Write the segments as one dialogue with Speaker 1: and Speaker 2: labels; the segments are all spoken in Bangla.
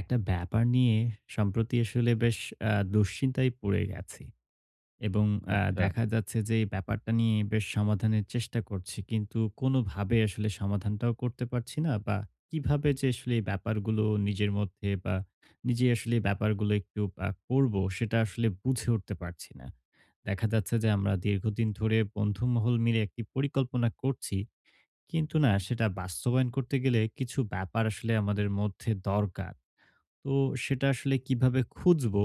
Speaker 1: একটা ব্যাপার নিয়ে সম্প্রতি আসলে বেশ দুশ্চিন্তায় পড়ে গেছি এবং
Speaker 2: আচ্ছা,
Speaker 1: দেখা যাচ্ছে যে এই ব্যাপারটা নিয়ে বেশ সমাধানের চেষ্টা করছি। কিন্তু কোনোভাবে আসলে সমাধানটাও করতে পারছি না, বা কিভাবে যে আসলে এই ব্যাপারগুলো নিজের মধ্যে বা নিজে আসলে এই ব্যাপারগুলো একটু করব, সেটা আসলে বুঝে উঠতে পারছি না। দেখা যাচ্ছে যে আমরা দীর্ঘদিন ধরে বন্ধু মহল মিলে একটি পরিকল্পনা করছি। কিন্তু না, সেটা বাস্তবায়ন করতে গেলে কিছু ব্যাপার আসলে আমাদের মধ্যে দরকার। তো সেটা আসলে কিভাবে খুঁজবো?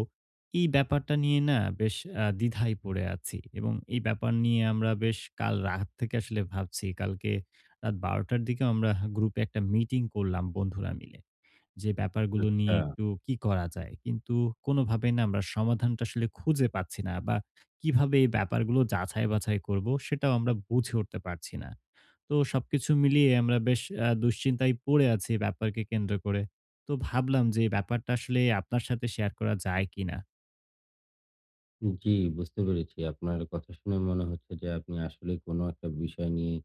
Speaker 1: এই ব্যাপারটা নিয়ে না বেশ দ্বিধায় পড়ে আছি এবং এই ব্যাপার নিয়ে আমরা বেশ কাল রাত থেকে আসলে ভাবছি। কালকে রাত ১২ টার দিকে আমরা গ্রুপে একটা মিটিং করলাম বন্ধুরা মিলে। যে ব্যাপারগুলো
Speaker 2: আচ্ছা।
Speaker 1: নিয়ে একটু কি করা যায়? কিন্তু কোনোভাবেই না আমরা সমাধানটা আসলে খুঁজে পাচ্ছি না, বা কিভাবে এই ব্যাপারগুলো যাচাই-বাছাই করব সেটাও আমরা বুঝে উঠতে পারছি না। তো সবকিছু মিলিয়ে আমরা বেশ দুশ্চিন্তায় পড়ে আছি এই ব্যাপারকে কেন্দ্র করে। তো ভাবলাম যে এই ব্যাপারটা আসলে আপনার সাথে শেয়ার করা যায় কিনা?
Speaker 2: জি, বুঝতে পেরেছি। আপনার কথা শুনে মনে হচ্ছে যে আপনি আসলেই কোনো একটা বিষয় নিয়ে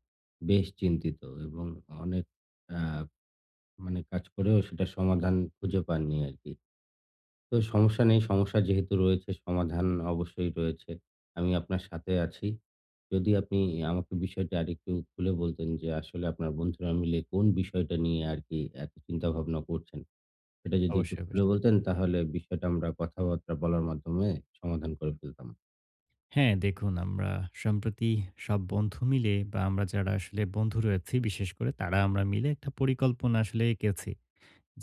Speaker 2: বেশ চিন্তিত এবং অনেক আ মানে কাজ করেও সেটার সমাধান খুঁজে পাননি আরকি। তো সমস্যা নেই, সমস্যা যেহেতু রয়েছে সমাধান অবশ্যই রয়েছে। আমি আপনার সাথে আছি। যদি আপনি আমাকে বিষয়টা আরেকটু খুলে বলতেন যে আসলে আপনার বন্ধুরা মিলে কোন বিষয়টা নিয়ে আরকি এত চিন্তাভাবনা করছেন? সেটা যদি একটু
Speaker 1: অবশ্যই,
Speaker 2: খুলে
Speaker 1: অবশ্যই।
Speaker 2: বলতেন তাহলে বিষয়টা আমরা কথাবার্তা বলার মাধ্যমে সমাধান করে ফেলতাম।
Speaker 1: হ্যাঁ, দেখুন আমরা সম্প্রতি সব বন্ধু মিলে, বা আমরা যারা আসলে বন্ধু রয়েছি বিশেষ করে তারা আমরা মিলে একটা পরিকল্পনা আসলে এঁকেছি।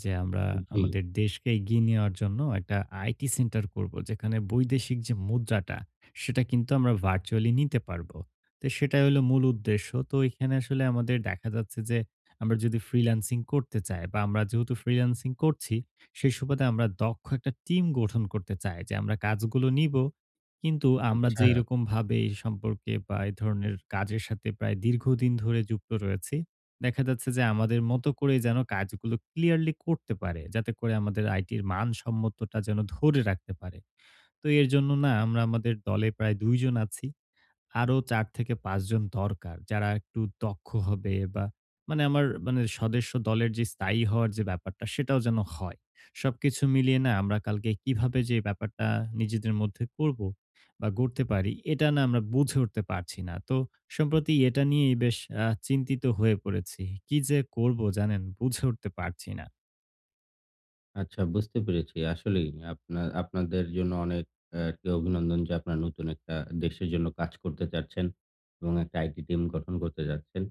Speaker 1: যে আমরা
Speaker 2: জি,
Speaker 1: আমাদের দেশকে এগিয়ে নেওয়ার জন্য একটা আইটি সেন্টার করব। যেখানে বৈদেশিক যে মুদ্রাটা, সেটা কিন্তু আমরা ভার্চুয়ালি নিতে পারবো। তো সেটাই হলো মূল উদ্দেশ্য। তো এখানে আসলে আমাদের দেখা যাচ্ছে যে আমরা যদি ফ্রিল্যান্সিং করতে চাই, বা আমরা যেহেতু ফ্রিল্যান্সিং করছি, সেই সুবাদে আমরা দক্ষ একটা টিম গঠন করতে চাই যে আমরা কাজগুলো নিবো। কিন্তু আমরা
Speaker 2: আচ্ছা,
Speaker 1: যেইরকমভাবে এই সম্পর্কে বা এই ধরনের কাজের সাথে প্রায় দীর্ঘদিন ধরে যুক্ত রয়েছি, দেখা যাচ্ছে যে আমাদের মতো করে যেন কাজগুলো ক্লিয়ারলি করতে পারে। যাতে করে আমাদের আইটির মানসম্মতটা যেন ধরে রাখতে পারে। তো এর জন্য না আমরা আমাদের দলে প্রায় ২ জন আছি। আরো ৪ থেকে ৫ জন দরকার। যারা একটু দক্ষ হবে, বা মানে আমার মানে সদস্য দলের যে স্থায়ী হওয়ার যে ব্যাপারটা, সেটাও যেন হয়। সবকিছু মিলিয়ে না আমরা কালকে কিভাবে যে ব্যাপারটা নিজেদের মধ্যে করব বা গড়তে পারি, এটা না আমরা বুঝে উঠতে পারছি না। তো সম্প্রতি এটা নিয়েই বেশ চিন্তিত হয়ে পড়েছি। কি যে করব জানেন, বুঝে উঠতে পারছি না।
Speaker 2: আচ্ছা বুঝতে পেরেছি। আসলেই আপনাদের জন্য অনেক আরকি অভিনন্দন যে আপনারা নতুন একটা দেশের জন্য কাজ করতে চাচ্ছেন এবং একটা আইটি টিম গঠন করতে যাচ্ছেন।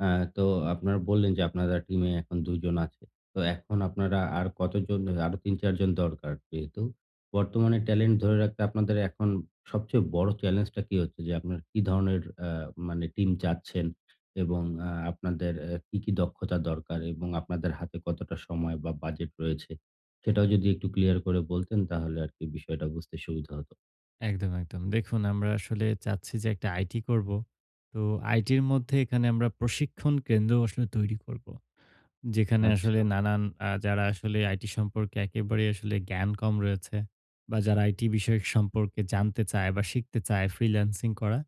Speaker 2: হ্যাঁ, তো আপনারা বললেন যে আপনারা টিমে এখন ২ জন আছে। তো এখন আপনারা আর কতজন আরো ৩-৪ জন দরকার। যেহেতু বর্তমানে ট্যালেন্ট ধরে রাখতে আপনাদের এখন সবচেয়ে বড় চ্যালেঞ্জটা কি হচ্ছে যে আপনার কি ধরনের মানে টিম চাচ্ছেন এবং আপনাদের কি, কি দক্ষতা দরকার এবং আপনাদের হাতে কতটা সময় বা বাজেট রয়েছে? সেটাও যদি একটু ক্লিয়ার করে বলতেন তাহলে আরকি বিষয়টা বুঝতে সুবিধা হতো।
Speaker 1: একদম, একদম। দেখুন আমরা আসলে চাচ্ছি যে একটা আইটি করব। তো আইটির মধ্যে এখানে আমরা প্রশিক্ষণ কেন্দ্র আসলে তৈরি করব। যেখানে আসলে
Speaker 2: আচ্ছা।
Speaker 1: নানান যারা আসলে আইটি সম্পর্কে একেবারে আসলে জ্ঞান কম রয়েছে, বা যারা আইটি বিষয়ক সম্পর্কে জানতে চায় বা শিখতে চায় ফ্রিল্যান্সিং করা।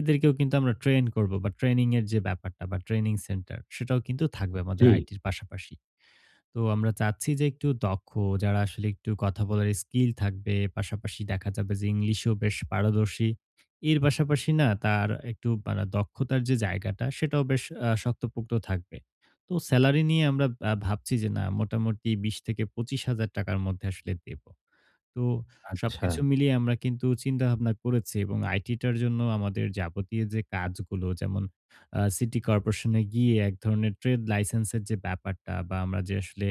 Speaker 1: এদেরকেও কিন্তু আমরা ট্রেন করব, বা ট্রেনিং এর যে ব্যাপারটা বা ট্রেনিং সেন্টার সেটাও কিন্তু থাকবে আমাদের
Speaker 2: জি।
Speaker 1: আইটির পাশাপাশি। তো আমরা চাচ্ছি যে একটু দক্ষ, যারা আসলে একটু কথা বলার স্কিল থাকবে। পাশাপাশি দেখা যাবে যে ইংলিশেও বেশ পারদর্শী। এর পাশাপাশি না তার একটু মানে দক্ষতার যে জায়গাটা সেটাও বেশ শক্তপোক্ত থাকবে। তো সেলারি নিয়ে আমরা ভাবছি যে না মোটামুটি ২০ থেকে ২৫,০০০ টাকার মধ্যে আসলে দেব। তো
Speaker 2: আচ্ছা,
Speaker 1: সবকিছু মিলিয়ে আমরা কিন্তু চিন্তাভাবনা করেছি এবং আইটিটার জন্য আমাদের যাবতীয় যে কাজগুলো, যেমন সিটি কর্পোরেশনে গিয়ে এক ধরনের ট্রেড লাইসেন্সের যে ব্যাপারটা, বা আমরা যে আসলে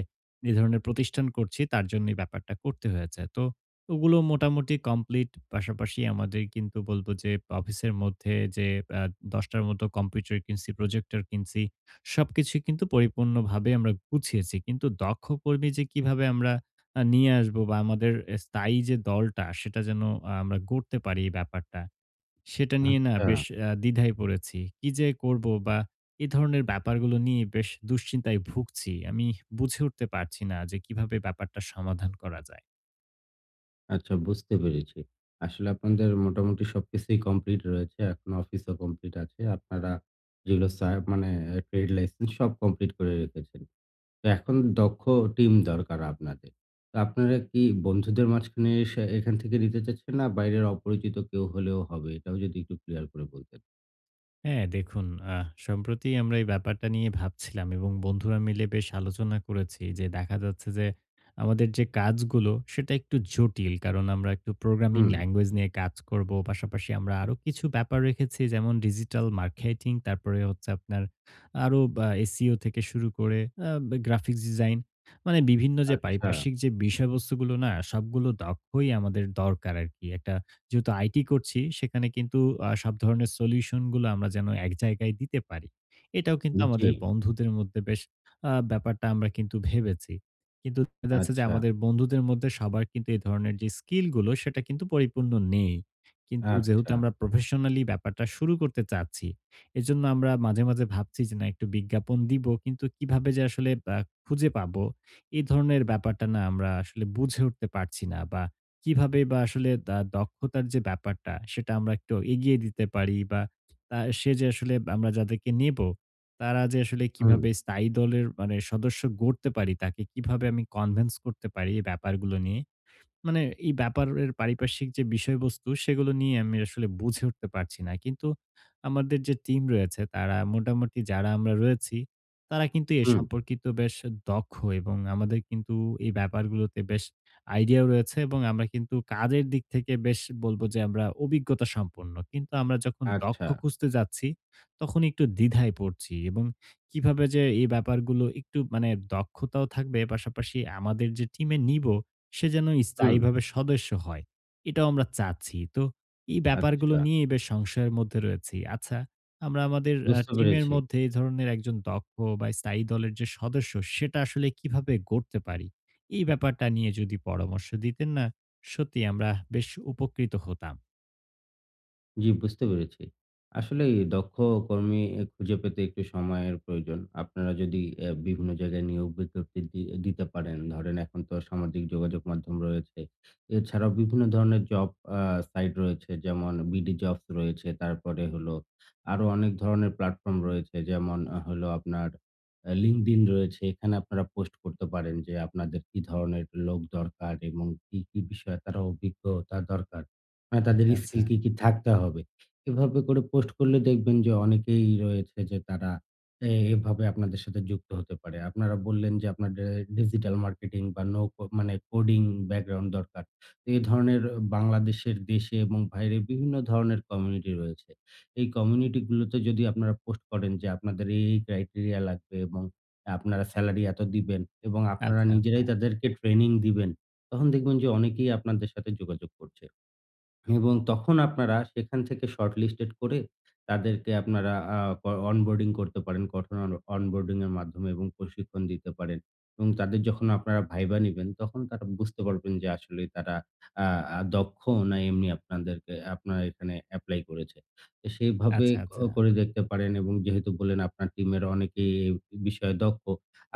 Speaker 1: এ ধরনের প্রতিষ্ঠান করছি তার জন্য এই ব্যাপারটা করতে হয়েছে। তো ওগুলো মোটামুটি কমপ্লিট। পাশাপাশি আমাদের কিন্তু বলব যে অফিসের মধ্যে যে আ ১০ টার মতো কম্পিউটার কিনছি, প্রজেক্টর কিনছি। সবকিছুই কিন্তু পরিপূর্ণভাবে আমরা গুছিয়েছি। কিন্তু দক্ষ কর্মী যে কিভাবে আমরা নিয়ে আসবো, বা আমাদের এ স্থায়ী যে দলটা সেটা যেন আমরা গড়তে পারি এই ব্যাপারটা। সেটা নিয়ে না
Speaker 2: আচ্ছা।
Speaker 1: বেশ দ্বিধায় পড়েছি। কি যে করব, বা এ ধরনের ব্যাপারগুলো নিয়ে বেশ দুশ্চিন্তায় ভুগছি। আমি বুঝে উঠতে পারছি না যে কিভাবে ব্যাপারটা সমাধান করা যায়।
Speaker 2: আচ্ছা, বুঝতে পেরেছি। আসলে আপনাদের মোটামুটি সবকিছুই কমপ্লিট রয়েছে। এখন অফিসও কমপ্লিট আছে। আপনারা যেগুলো মানে ট্রেড লাইসেন্স সব কমপ্লিট করে রেখেছেন। তো এখন দক্ষ টিম দরকার আপনাদের। তো আপনারা কি বন্ধুদের মাঝখানে এসে এখান থেকে নিতে চাচ্ছেন, না বাইরের অপরিচিত কেউ হলেও হবে? এটাও যদি একটু ক্লিয়ার করে বলতেন।
Speaker 1: হ্যাঁ, দেখুন আ সম্প্রতি আমরা এই ব্যাপারটা নিয়ে ভাবছিলাম এবং বন্ধুরা মিলে বেশ আলোচনা করেছি যে দেখা যাচ্ছে যে আমাদের যে কাজগুলো সেটা একটু জটিল। কারণ আমরা একটু প্রোগ্রামিং
Speaker 2: হুম,
Speaker 1: ল্যাঙ্গুয়েজ নিয়ে কাজ করব। পাশাপাশি আমরা আরো কিছু ব্যাপার রেখেছি, যেমন ডিজিটাল মার্কেটিং, তারপরে হচ্ছে আপনার আরো SEO থেকে শুরু করে আ গ্রাফিক্স ডিজাইন, মানে বিভিন্ন যে
Speaker 2: আচ্ছা।
Speaker 1: পারিপার্শ্বিক যে বিষয়বস্তুগুলো, না সবগুলো দক্ষই আমাদের দরকার আরকি। একটা যেহেতু আইটি করছি, সেখানে কিন্তু সব ধরনের সলিউশন গুলো আমরা যেন এক জায়গায় দিতে পারি। এটাও কিন্তু
Speaker 2: জি,
Speaker 1: আমাদের বন্ধুদের মধ্যে বেশ ব্যাপারটা আমরা কিন্তু ভেবেছি। কিন্তু দেখা যাচ্ছে যে
Speaker 2: আচ্ছা,
Speaker 1: আমাদের বন্ধুদের মধ্যে সবার কিন্তু এই ধরনের যে স্কিল গুলো সেটা কিন্তু পরিপূর্ণ নেই। কিন্তু
Speaker 2: আচ্ছা।
Speaker 1: যেহেতু আমরা প্রফেশনালি ব্যাপারটা শুরু করতে চাচ্ছি, এজন্য আমরা মাঝে, মাঝে ভাবছি যে না একটু বিজ্ঞাপন দিব, কিন্তু কিভাবে যে আসলে আ খুঁজে পাবো? এই ধরনের ব্যাপারটা না আমরা আসলে বুঝে উঠতে পারছি না, বা কিভাবে বা আসলে দক্ষতার যে ব্যাপারটা সেটা আমরা একটু এগিয়ে দিতে পারি, বা সে যে আসলে আমরা যাদেরকে নেব, তারা যে আসলে
Speaker 2: হুম,
Speaker 1: কিভাবে স্থায়ী দলের মানে সদস্য গড়তে পারি, তাকে কিভাবে আমি কনভিন্স করতে পারি এই ব্যাপারগুলো নিয়ে? মানে এই ব্যাপারের পারিপার্শ্বিক যে বিষয়বস্তু, সেগুলো নিয়ে আমি আসলে বুঝে উঠতে পারছি না। কিন্তু আমাদের যে টিম রয়েছে, তারা মোটামুটি যারা আমরা রয়েছি, তারা কিন্তু এ
Speaker 2: হুম,
Speaker 1: সম্পর্কিত বেশ দক্ষ, এবং আমাদের কিন্তু এই ব্যাপারগুলোতে বেশ আইডিয়াও রয়েছে এবং আমরা কিন্তু কাজের দিক থেকে বেশ বলবো যে আমরা অভিজ্ঞতা সম্পন্ন। কিন্তু আমরা যখন
Speaker 2: আচ্ছা,
Speaker 1: দক্ষ খুঁজতে যাচ্ছি, তখন একটু দ্বিধায় পড়ছি এবং কিভাবে যে এই ব্যাপারগুলো একটু মানে দক্ষতাও থাকবে পাশাপাশি আমাদের যে টিমে নিব, সে যেন
Speaker 2: হুম,
Speaker 1: স্থায়ীভাবে সদস্য হয়। এটাও আমরা চাচ্ছি। তো এই ব্যাপারগুলো
Speaker 2: আচ্ছা।
Speaker 1: নিয়েই বেশ সংশয়ের মধ্যে রয়েছি। আচ্ছা, আমরা আমাদের
Speaker 2: বুঝতে
Speaker 1: টিমের
Speaker 2: পেরেছি।
Speaker 1: মধ্যে এই ধরনের একজন দক্ষ, বা স্থায়ী দলের যে সদস্য, সেটা আসলে কিভাবে গড়তে পারি? এই ব্যাপারটা নিয়ে যদি পরামর্শ দিতেন না, সত্যিই আমরা বেশ উপকৃত হতাম।
Speaker 2: জি, বুঝতে পেরেছি। আসলেই দক্ষ কর্মী খুঁজে পেতে একটু সময়ের প্রয়োজন। আপনারা যদি বিভিন্ন জায়গায় নিয়োগ বিজ্ঞপ্তি দিতে পারেন। ধরেন, এখন তো সামাজিক যোগাযোগ মাধ্যম রয়েছে। এছাড়াও বিভিন্ন ধরনের জব আ সাইট রয়েছে, যেমন বিডি জবস রয়েছে। তারপরে হলো আরো অনেক ধরনের প্ল্যাটফর্ম রয়েছে, যেমন হলো আপনার LinkedIn রয়েছে। এখানে আপনারা পোস্ট করতে পারেন যে আপনাদের কি ধরনের লোক দরকার এবং কি, কি বিষয়ে তারা অভিজ্ঞতা দরকার। তাদের
Speaker 1: আচ্ছা, আচ্ছা।
Speaker 2: স্কিল কি, কি থাকতে হবে। এভাবে করে পোস্ট করলে দেখবেন যে অনেকেই রয়েছে যে তারা এভাবে আপনাদের সাথে যুক্ত হতে পারে। আপনারা বললেন যে আপনাদের ডিজিটাল মার্কেটিং বা নো কো মানে কোডিং ব্যাকগ্রাউন্ড দরকার। তো এই ধরনের, বাংলাদেশের দেশে এবং বাইরে, বিভিন্ন ধরনের কমিউনিটি রয়েছে। এই কমিউনিটি গুলোতে যদি আপনারা পোস্ট করেন যে আপনাদের এই, এই ক্রাইটেরিয়া লাগবে এবং আপনারা সেলারি এত দিবেন এবং আপনারা
Speaker 1: আচ্ছা, আচ্ছা।
Speaker 2: নিজেরাই তাদেরকে ট্রেনিং দিবেন। তখন দেখবেন যে অনেকেই আপনাদের সাথে যোগাযোগ করছে। এবং তখন আপনারা সেখান থেকে শর্টলিস্টেড করে তাদেরকে আপনারা আ ক অনবোর্ডিং করতে পারেন। কঠোর অনবোর্ডিং এর মাধ্যমে এবং প্রশিক্ষণ দিতে পারেন। এবং তাদের যখন আপনারা ভাইবা নিবেন, তখন তারা বুঝতে পারবেন যে আসলে তারা আ আ দক্ষ না, এমনি আপনাদেরকে আপনার এখানে এপ্লাই করেছে। তো সেইভাবে
Speaker 1: আচ্ছা, আচ্ছা।
Speaker 2: করে দেখতে পারেন। এবং যেহেতু বললেন আপনার টিমের অনেকেই এই বিষয়ে দক্ষ,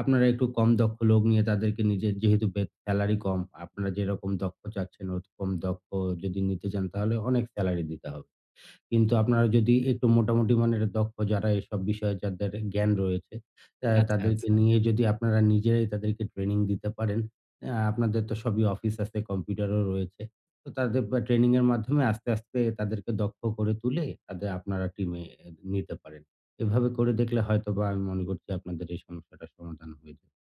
Speaker 2: আপনারা একটু কম দক্ষ লোক নিয়ে তাদেরকে নিজের, যেহেতু সেলারি কম, আপনারা যেরকম দক্ষ চাচ্ছেন ওরকম দক্ষ যদি নিতে চান তাহলে অনেক সেলারি দিতে হবে। কিন্তু আপনারা যদি একটু মোটামুটি মানের দক্ষ, যারা এসব বিষয়ে যাদের জ্ঞান রয়েছে,
Speaker 1: আচ্ছা,
Speaker 2: তাদেরকে
Speaker 1: আচ্ছা।
Speaker 2: নিয়ে যদি আপনারা নিজেরাই তাদেরকে ট্রেনিং দিতে পারেন, আপনাদের তো সবই অফিস আছে, কম্পিউটারও রয়েছে। তো তাদের বা ট্রেনিং এর মাধ্যমে আস্তে, আস্তে তাদেরকে দক্ষ করে তুলে তাদের আপনারা টিমে নিতে পারেন। এভাবে করে দেখলে হয়তোবা আমি মনে করছি আপনাদের এই সমস্যাটার সমাধান হয়ে যাবে।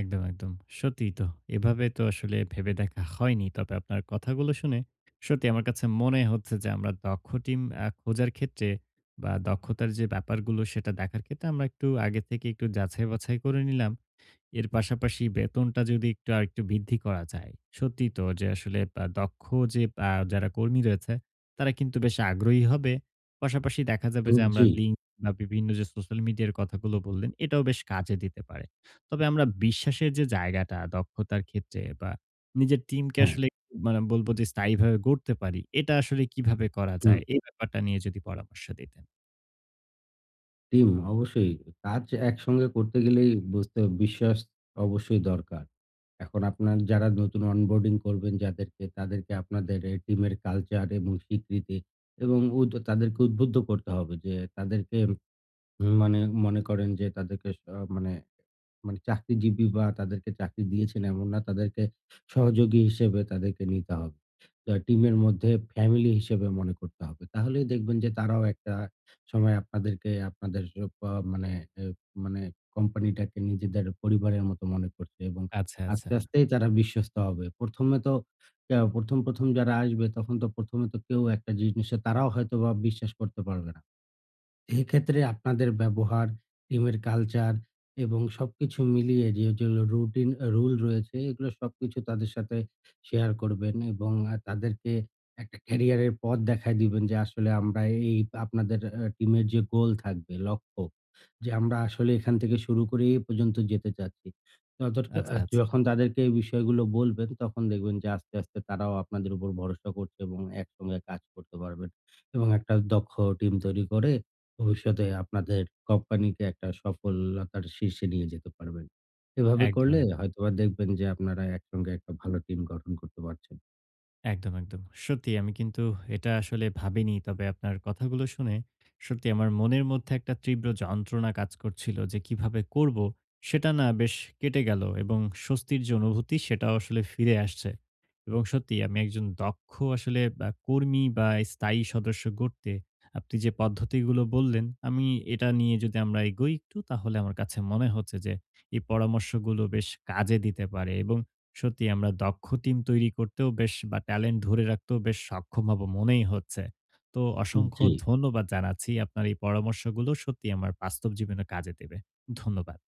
Speaker 1: একদম, একদম। সত্যিই তো। এভাবে তো আসলে ভেবে দেখা হয়নি। তবে আপনার কথাগুলো শুনে সত্যি আমার কাছে মনে হচ্ছে যে আমরা দক্ষ টিম খোঁজার ক্ষেত্রে বা দক্ষতার যে ব্যাপারগুলো সেটা দেখার ক্ষেত্রে আমরা একটু আগে থেকে একটু যাচাই-বাছাই করে নিলাম। এর পাশাপাশি বেতনটা যদি একটু আরেকটু বৃদ্ধি করা যায়। সত্যিই তো যে আসলে দক্ষ যে যারা কর্মী রয়েছে, তারা কিন্তু বেশ আগ্রহী হবে। পাশাপাশি দেখা যাবে
Speaker 2: উম,
Speaker 1: যে আমরা
Speaker 2: জি,
Speaker 1: লিঙ্ক, বা বিভিন্ন যে সোশ্যাল মিডিয়ার কথাগুলো বললেন, এটাও বেশ কাজে দিতে পারে। তবে আমরা বিশ্বাসের যে জায়গাটা দক্ষতার ক্ষেত্রে, বা নিজের টিমকে
Speaker 2: হ্যাঁ,
Speaker 1: আসলে মানে বলবো যে স্থায়ীভাবে গড়তে পারি, এটা আসলে কিভাবে করা
Speaker 2: হুম।
Speaker 1: যায়? এই ব্যাপারটা নিয়ে যদি পরামর্শ দিতেন।
Speaker 2: টিম অবশ্যই। কাজ একসঙ্গে করতে গেলেই বুঝতে, বিশ্বাস অবশ্যই দরকার। এখন আপনার যারা নতুন অনবোর্ডিং করবেন যাদেরকে, তাদেরকে আপনাদের এ টিমের কালচার এবং স্বীকৃতি এবং তাদেরকে উদ্বুদ্ধ করতে হবে যে তাদেরকে মানে, মনে করেন যে তাদেরকে স আহ মানে মানে চাকরিজীবী বা তাদেরকে চাকরি দিয়েছেন এমন না, তাদেরকে সহযোগী হিসেবে তাদেরকে নিতে হবে। টিমের মধ্যে ফ্যামিলি হিসেবে মনে করতে হবে। তাহলেই দেখবেন যে তারাও একটা সময় আপনাদেরকে, আপনাদের প মানে এ মানে কোম্পানিটাকে নিজেদের পরিবারের মতো মনে করছে এবং
Speaker 1: আচ্ছা,
Speaker 2: আস্তে,
Speaker 1: আচ্ছা।
Speaker 2: আস্তেই তারা বিশ্বস্ত হবে। ১ম এ তো ১ম, ১ম যারা আসবে তখন তো ১ম এ তো কেউ একটা জিনিসে তারাও হয়তোবা বিশ্বাস করতে পারবে না। এক্ষেত্রে আপনাদের ব্যবহার, টিমের কালচার এবং সবকিছু মিলিয়ে যেগুলো রুটিন রুল রয়েছে, এগুলো সবকিছু তাদের সাথে শেয়ার করবেন এবং তাদেরকে একটা ক্যারিয়ারের পথ দেখায় দিবেন যে আসলে আমরা এই আপনাদের টিমের যে গোল থাকবে, লক্ষ্য, যে আমরা আসলে এখান থেকে শুরু করে এই পর্যন্ত যেতে চাচ্ছি। ততটুকু
Speaker 1: আচ্ছা, আচ্ছা।
Speaker 2: যখন তাদেরকে এই বিষয়গুলো বলবেন তখন দেখবেন যে আস্তে, আস্তে তারাও আপনাদের উপর ভরসা করছে এবং একসঙ্গে কাজ করতে পারবেন এবং একটা দক্ষ টিম তৈরি করে ভবিষ্যতে আপনাদের কোম্পানিকে একটা সফলতার শীর্ষে নিয়ে যেতে পারবেন। এভাবে করলে
Speaker 1: একদমই।
Speaker 2: হয়তোবা দেখবেন যে আপনারা একসঙ্গে একটা ভালো টিম গঠন করতে পারছেন।
Speaker 1: একদম, একদম। সত্যি আমি কিন্তু এটা আসলে ভাবিনি। তবে আপনার কথাগুলো শুনে সত্যি আমার মনের মধ্যে একটা তীব্র যন্ত্রণা কাজ করছিল যে কিভাবে করব, সেটা না বেশ কেটে গেল এবং স্বস্তির যে অনুভূতি সেটাও আসলে ফিরে আসছে। এবং সত্যি আমি একজন দক্ষ আসলে কর্মী বা স্থায়ী সদস্য গড়তে, আপনি যে পদ্ধতিগুলো বললেন, আমি এটা নিয়ে যদি আমরা এগোই একটু, তাহলে আমার কাছে মনে হচ্ছে যে এই পরামর্শগুলো বেশ কাজে দিতে পারে, এবং সত্যি আমরা দক্ষ টিম তৈরি করতেও বেশ, বা ট্যালেন্ট ধরে রাখতেও বেশ সক্ষম হব মনেই হচ্ছে। তো অসংখ্য
Speaker 2: জি,
Speaker 1: ধন্যবাদ জানাচ্ছি। আপনার এই পরামর্শগুলো সত্যিই আমার বাস্তব জীবনে কাজে দেবে। ধন্যবাদ।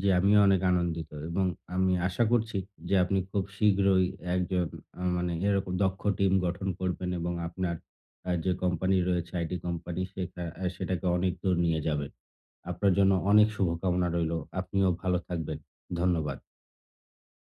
Speaker 2: জি, আমিও অনেক আনন্দিত এবং আমি আশা করছি যে আপনি খুব শীঘ্রই একজন, মানে এরকম দক্ষ টিম গঠন করবেন এবং আপনার যে কোম্পানি রয়েছে, আইটি কোম্পানি, সেখা আ সেটাকে অনেক দূর নিয়ে যাবেন। আপনার জন্য অনেক শুভকামনা রইলো। আপনিও ভালো থাকবেন। ধন্যবাদ।